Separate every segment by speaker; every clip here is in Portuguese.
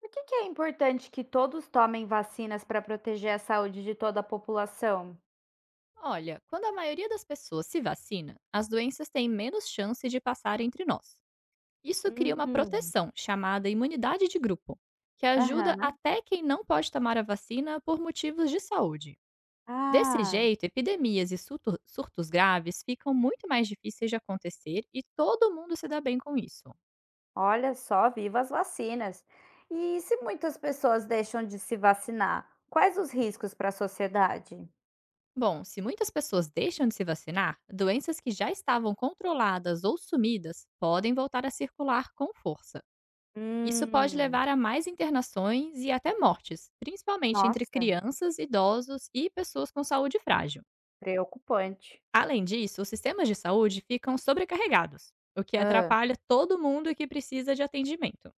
Speaker 1: Por que que é importante que todos tomem vacinas para proteger a saúde de toda a população?
Speaker 2: Olha, quando a maioria das pessoas se vacina, as doenças têm menos chance de passar entre nós. Isso cria uma
Speaker 1: Hum,
Speaker 2: proteção chamada imunidade de grupo, que ajuda
Speaker 1: aham.
Speaker 2: até quem não pode tomar a vacina por motivos de saúde. Desse
Speaker 1: Ah,
Speaker 2: jeito, epidemias e surtos graves ficam muito mais difíceis de acontecer e todo mundo se dá bem com isso.
Speaker 1: olha só, viva as vacinas. E se muitas pessoas deixam de se vacinar, quais os riscos para a sociedade?
Speaker 2: Bom, se muitas pessoas deixam de se vacinar, doenças que já estavam controladas ou sumidas podem voltar a circular com força. Isso pode
Speaker 1: Hum,
Speaker 2: levar a mais internações e até mortes, principalmente entre
Speaker 1: nossa,
Speaker 2: crianças, idosos e pessoas com saúde frágil.
Speaker 1: preocupante.
Speaker 2: Além disso, os sistemas de saúde ficam sobrecarregados, o que
Speaker 1: Ah,
Speaker 2: atrapalha todo mundo que precisa de atendimento.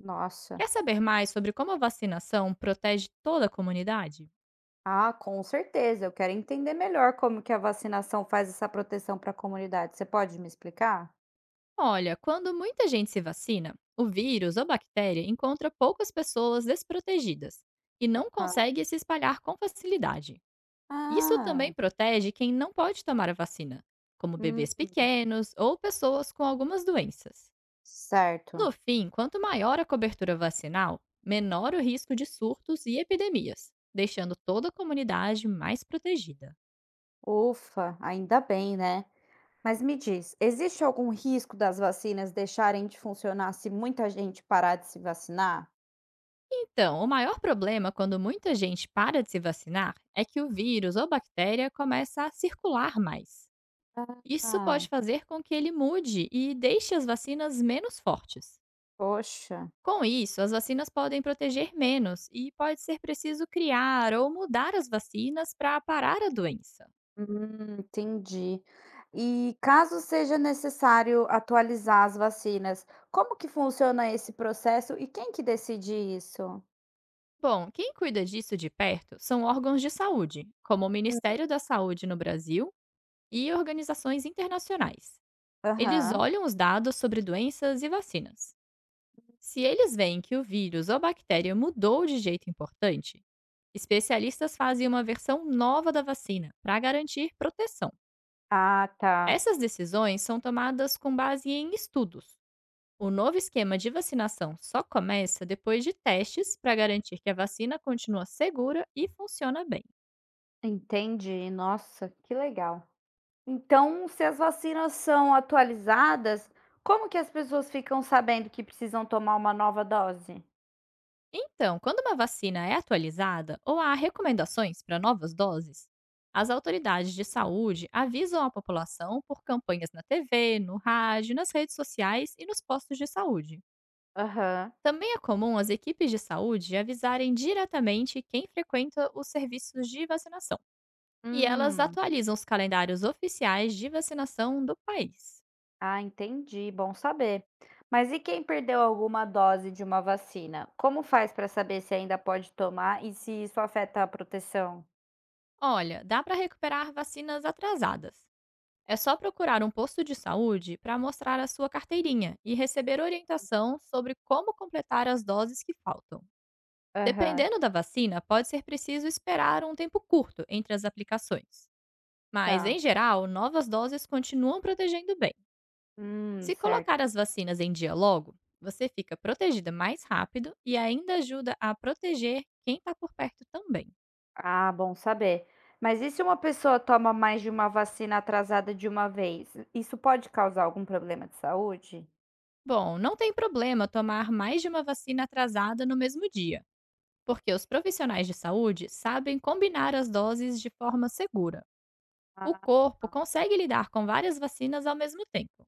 Speaker 1: nossa.
Speaker 2: Quer saber mais sobre como a vacinação protege toda a comunidade?
Speaker 1: Ah, com certeza. Eu quero entender melhor como que a vacinação faz essa proteção para a comunidade. Você pode me explicar?
Speaker 2: Olha, quando muita gente se vacina, o vírus ou bactéria encontra poucas pessoas desprotegidas e não
Speaker 1: Aham.
Speaker 2: consegue se espalhar com facilidade. Isso
Speaker 1: Ah,
Speaker 2: também protege quem não pode tomar a vacina, como bebês
Speaker 1: hum.
Speaker 2: pequenos ou pessoas com algumas doenças.
Speaker 1: Certo.
Speaker 2: No fim, quanto maior a cobertura vacinal, menor o risco de surtos e epidemias, deixando toda a comunidade mais protegida.
Speaker 1: Ufa, ainda bem, né? Mas me diz, existe algum risco das vacinas deixarem de funcionar se muita gente parar de se vacinar?
Speaker 2: Então, o maior problema quando muita gente para de se vacinar é que o vírus ou bactéria começa a circular mais. Isso
Speaker 1: Ah,
Speaker 2: pode fazer com que ele mude e deixe as vacinas menos fortes.
Speaker 1: poxa.
Speaker 2: Com isso, as vacinas podem proteger menos e pode ser preciso criar ou mudar as vacinas para parar a doença.
Speaker 1: Entendi. E caso seja necessário atualizar as vacinas, como que funciona esse processo e quem que decide isso?
Speaker 2: Bom, quem cuida disso de perto são órgãos de saúde, como o
Speaker 1: Hum,
Speaker 2: Ministério da Saúde no Brasil e organizações internacionais. Eles
Speaker 1: aham.
Speaker 2: olham os dados sobre doenças e vacinas. Se eles veem que o vírus ou bactéria mudou de jeito importante, especialistas fazem uma versão nova da vacina para garantir proteção.
Speaker 1: Ah, tá.
Speaker 2: Essas decisões são tomadas com base em estudos. O novo esquema de vacinação só começa depois de testes para garantir que a vacina continua segura e funciona bem.
Speaker 1: Entendi. Nossa, que legal. Então, se as vacinas são atualizadas, como que as pessoas ficam sabendo que precisam tomar uma nova dose?
Speaker 2: Então, quando uma vacina é atualizada ou há recomendações para novas doses, as autoridades de saúde avisam a população por campanhas na TV, no rádio, nas redes sociais e nos postos de saúde.
Speaker 1: Aham.
Speaker 2: Também é comum as equipes de saúde avisarem diretamente quem frequenta os serviços de vacinação e elas
Speaker 1: Hum.
Speaker 2: atualizam os calendários oficiais de vacinação do país.
Speaker 1: Ah, entendi, bom saber. Mas e quem perdeu alguma dose de uma vacina? Como faz para saber se ainda pode tomar e se isso afeta a proteção?
Speaker 2: Olha, dá para recuperar vacinas atrasadas. É só procurar um posto de saúde para mostrar a sua carteirinha e receber orientação sobre como completar as doses que faltam.
Speaker 1: Aham.
Speaker 2: Dependendo da vacina, pode ser preciso esperar um tempo curto entre as aplicações. Mas, em
Speaker 1: Tá.
Speaker 2: geral, novas doses continuam protegendo bem. Se
Speaker 1: Certo.
Speaker 2: colocar as vacinas em dia logo, você fica protegida mais rápido e ainda ajuda a proteger quem está por perto também.
Speaker 1: Ah, bom saber. Mas e se uma pessoa toma mais de uma vacina atrasada de uma vez? Isso pode causar algum problema de saúde?
Speaker 2: Bom, não tem problema tomar mais de uma vacina atrasada no mesmo dia, porque os profissionais de saúde sabem combinar as doses de forma segura. O
Speaker 1: Ah.
Speaker 2: corpo consegue lidar com várias vacinas ao mesmo tempo,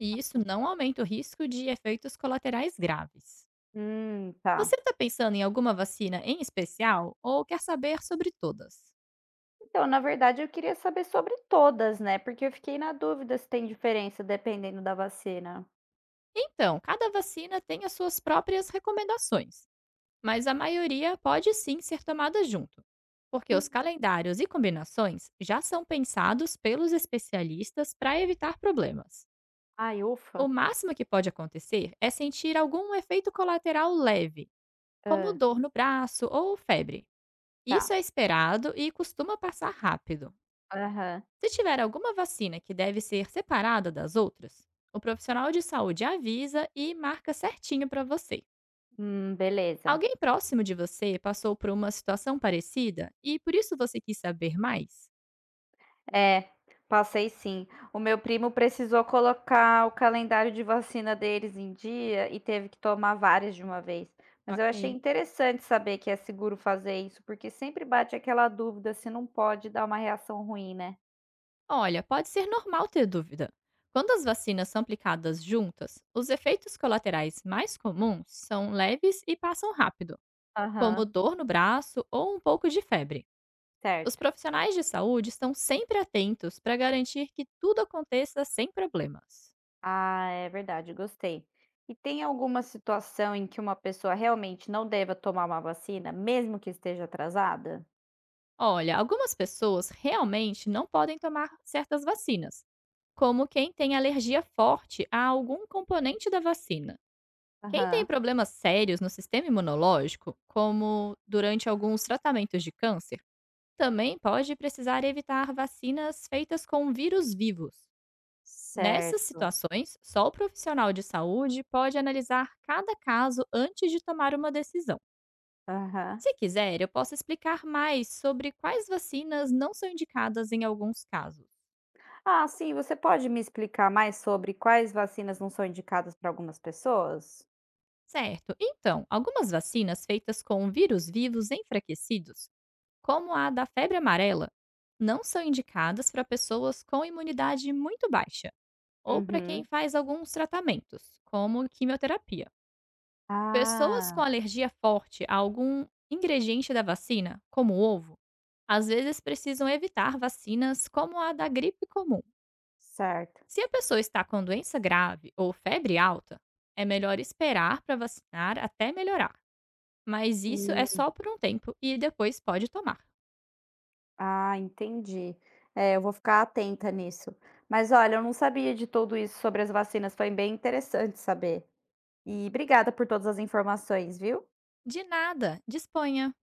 Speaker 2: e isso não aumenta o risco de efeitos colaterais graves. Você
Speaker 1: Tá.
Speaker 2: está pensando em alguma vacina em especial ou quer saber sobre todas?
Speaker 1: Então, na verdade, eu queria saber sobre todas, né? Porque eu fiquei na dúvida se tem diferença dependendo da vacina.
Speaker 2: Então, cada vacina tem as suas próprias recomendações, mas a maioria pode sim ser tomada junto, porque os
Speaker 1: Hum,
Speaker 2: calendários e combinações já são pensados pelos especialistas para evitar problemas.
Speaker 1: Ai,
Speaker 2: O
Speaker 1: ufa.
Speaker 2: máximo que pode acontecer é sentir algum efeito colateral leve, como
Speaker 1: Ah,
Speaker 2: dor no braço ou febre. Isso
Speaker 1: tá.
Speaker 2: é esperado e costuma passar rápido.
Speaker 1: Aham.
Speaker 2: Se tiver alguma vacina que deve ser separada das outras, o profissional de saúde avisa e marca certinho para você.
Speaker 1: Beleza.
Speaker 2: Alguém próximo de você passou por uma situação parecida e por isso você quis saber mais?
Speaker 1: É, passei sim. O meu primo precisou colocar o calendário de vacina deles em dia e teve que tomar várias de uma vez. Mas eu achei
Speaker 2: Ok.
Speaker 1: interessante saber que é seguro fazer isso, porque sempre bate aquela dúvida se não pode dar uma reação ruim, né?
Speaker 2: Olha, pode ser normal ter dúvida. Quando as vacinas são aplicadas juntas, os efeitos colaterais mais comuns são leves e passam rápido,
Speaker 1: Aham,
Speaker 2: como dor no braço ou um pouco de febre. Os
Speaker 1: certo.
Speaker 2: profissionais de saúde estão sempre atentos para garantir que tudo aconteça sem problemas.
Speaker 1: Ah, é verdade, gostei. E tem alguma situação em que uma pessoa realmente não deva tomar uma vacina, mesmo que esteja atrasada?
Speaker 2: Olha, algumas pessoas realmente não podem tomar certas vacinas, como quem tem alergia forte a algum componente da vacina. Quem tem
Speaker 1: Aham,
Speaker 2: problemas sérios no sistema imunológico, como durante alguns tratamentos de câncer, também pode precisar evitar vacinas feitas com vírus vivos. Nessas
Speaker 1: certo.
Speaker 2: situações, só o profissional de saúde pode analisar cada caso antes de tomar uma decisão.
Speaker 1: Aham.
Speaker 2: Se quiser, eu posso explicar mais sobre quais vacinas não são indicadas em alguns casos.
Speaker 1: Ah, sim, você pode me explicar mais sobre quais vacinas não são indicadas para algumas pessoas?
Speaker 2: Certo, então, algumas vacinas feitas com vírus vivos enfraquecidos, como a da febre amarela, não são indicadas para pessoas com imunidade muito baixa ou para quem
Speaker 1: Uhum.
Speaker 2: faz alguns tratamentos, como quimioterapia. Pessoas com
Speaker 1: Ah,
Speaker 2: alergia forte a algum ingrediente da vacina, como o ovo, às vezes precisam evitar vacinas como a da gripe comum.
Speaker 1: certo.
Speaker 2: Se a pessoa está com doença grave ou febre alta, é melhor esperar para vacinar até melhorar. Mas isso é
Speaker 1: Hum,
Speaker 2: só por um tempo e depois pode tomar.
Speaker 1: ah, entendi. É, eu vou ficar atenta nisso. Mas olha, eu não sabia de tudo isso sobre as vacinas, foi bem interessante saber. E obrigada por todas as informações, viu?
Speaker 2: De nada, disponha!